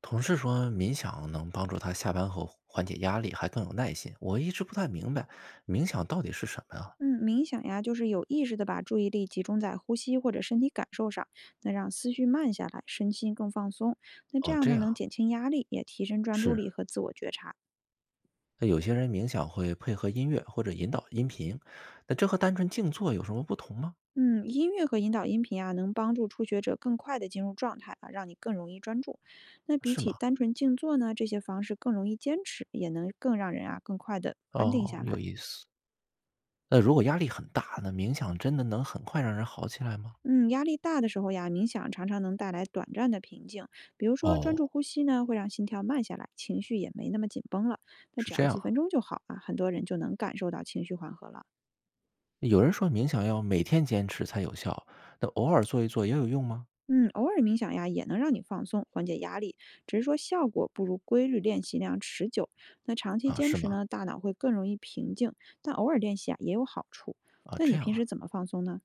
同事说冥想能帮助他下班后缓解压力，还更有耐心。我一直不太明白冥想到底是什么呀？嗯，冥想呀，就是有意识的把注意力集中在呼吸或者身体感受上，那让思绪慢下来，身心更放松。那这哦，样这呢，样能减轻压力，也提升专注是。力和自我觉察。那有些人冥想会配合音乐或者引导音频，那这和单纯静坐有什么不同吗？嗯，音乐和引导音频啊，能帮助初学者更快的进入状态啊，让你更容易专注。那比是起吗？单纯静坐呢，这些方式更容易坚持，也能更让人啊更快的安定哦，下有来。意思。那如果压力很大，那冥想真的能很快让人好起来吗？嗯，压力大的时候呀，冥想常常能带来短暂的平静。比如说，专哦，注呼吸呢，会让心跳慢下来，情绪也没那么紧绷了。那是只这要样几啊。分钟就好啊，很多人就能感受到情绪缓和了。有人说冥想要每天坚持才有效，那偶尔做一做也有用吗？嗯，偶尔冥想呀，也能让你放松，缓解压力，只是说效果不如规律练习那样持久。那长期啊，坚是持吗？呢，大脑会更容易平静，但偶尔练习啊，也有好处。啊，那这你样平时啊。怎么放松呢？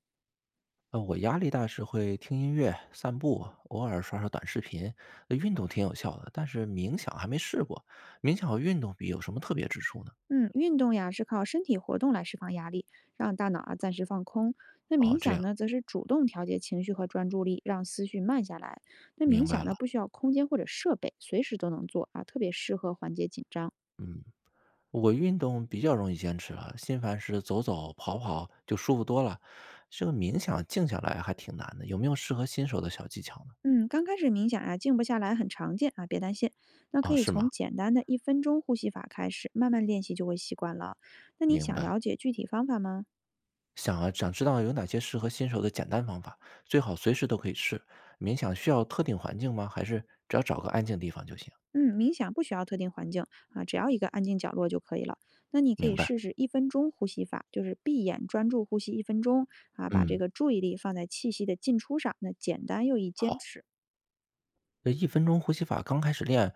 我压力大时会听音乐、散步，偶尔刷刷短视频。运动挺有效的，但是冥想还没试过。冥想和运动比有什么特别之处呢？嗯，运动呀是靠身体活动来释放压力，让大脑啊暂时放空。那哦，冥这想样呢，则是主动调节情绪和专注力，让思绪慢下来。那明冥想白了。呢，不需要空间或者设备，随时都能做啊，特别适合缓解紧张。嗯，我运动比较容易坚持了，心烦时走走、跑跑就舒服多了。这个冥想静下来还挺难的，有没有适合新手的小技巧呢？嗯，刚开始冥想呀，静不下来很常见啊，别担心。那可哦，以是吗？从简单的一分钟呼吸法开始，慢慢练习就会习惯了。那你明想白。了解具体方法吗？想啊想知道有哪些适合新手的简单方法，最好随时都可以试。冥想需要特定环境吗？还是只要找个安静地方就行？嗯，冥想不需要特定环境啊，只要一个安静角落就可以了。那你可明以白，试试一分钟呼吸法，就是闭眼专注呼吸一分钟啊，把这嗯，个注意力放在气息的进出上，那简单又易坚好。持。那一分钟呼吸法刚开始练，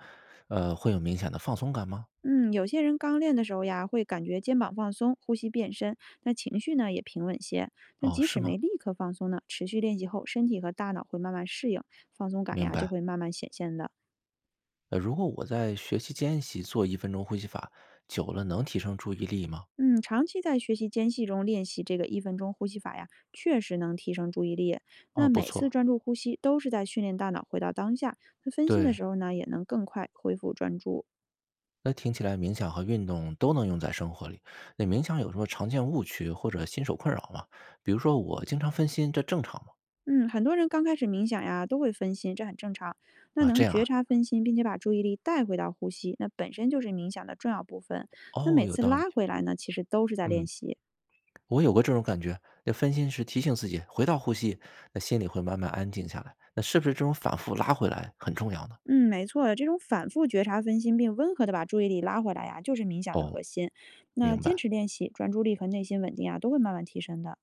会有明显的放松感吗？嗯，有些人刚练的时候呀，会感觉肩膀放松，呼吸变深，那情绪呢也平稳些。那哦，即是使吗？没立刻放松呢，持续练习后，身体和大脑会慢慢适应，放松感明呀就白。会慢慢显现的。如果我在学习间隙做一分钟呼吸法，久了能提升注意力吗？嗯，长期在学习间隙中练习这个一分钟呼吸法呀，确实能提升注意力。那哦，不每次错。专注呼吸都是在训练大脑回到当下，那分心的对，时候呢，也能更快恢复专注。那听起来冥想和运动都能用在生活里。那冥想有什么常见误区或者新手困扰吗？比如说我经常分心，这正常吗？嗯，很多人刚开始冥想呀，都会分心，这很正常。那啊，能这样啊。觉察分心，并且把注意力带回到呼吸，那本身就是冥想的重要部分。那哦，每有次道理。拉回来呢，其实都是在练嗯。习。我有过这种感觉，那分心时提醒自己回到呼吸，那心里会慢慢安静下来。那是不是这种反复拉回来很重要呢？嗯，没错的这种反复觉察分心，并温和的把注意力拉回来呀，就是冥想的哦，核心。那明坚白。持练习，专注力和内心稳定啊，都会慢慢提升的。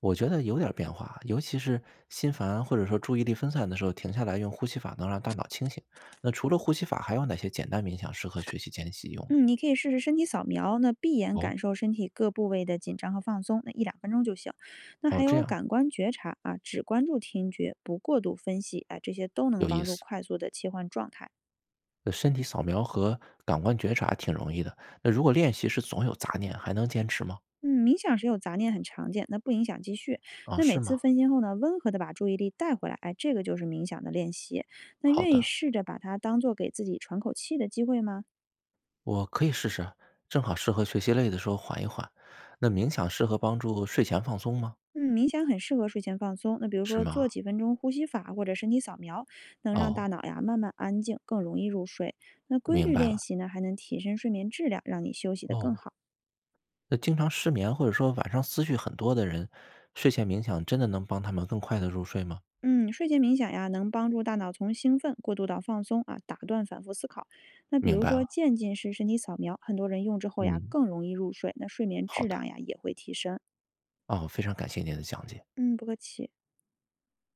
我觉得有点变化，尤其是心烦或者说注意力分散的时候，停下来用呼吸法能让大脑清醒。那除了呼吸法，还有哪些简单冥想适合学习间隙用呢？嗯，你可以试试身体扫描，那闭眼哦，感受身体各部位的紧张和放松，那一两分钟就行。那还哦，这有样感官觉察啊，只关注听觉，不过度分析，哎，这些都能有帮意助思。快速的切换状态。那身体扫描和感官觉察挺容易的。那如果练习是总有杂念，还能坚持吗？嗯，冥想时有杂念很常见，那不影响继续。啊，那每是次吗？分心后呢，温和的把注意力带回来，哎，这个就是冥想的练习。那好愿意的。试着把它当做给自己喘口气的机会吗？我可以试试，正好适合学习累的时候缓一缓。那冥想适合帮助睡前放松吗？嗯，冥想很适合睡前放松。那比如是说吗？做几分钟呼吸法或者身体扫描，能让大哦，脑呀慢慢安静，更容易入睡。那规明律白练了。习呢，还能提升睡眠质量，让你休息得更哦，好。那经常失眠或者说晚上思绪很多的人，睡前冥想真的能帮他们更快的入睡吗？嗯，睡前冥想呀，能帮助大脑从兴奋过渡到放松啊，打断反复思考。那比明如白说了。渐进式身体扫描，很多人用之后呀，嗯，更容易入睡，那睡眠好质量的。呀也会提升。哦，非常感谢您的讲解。嗯，不客气。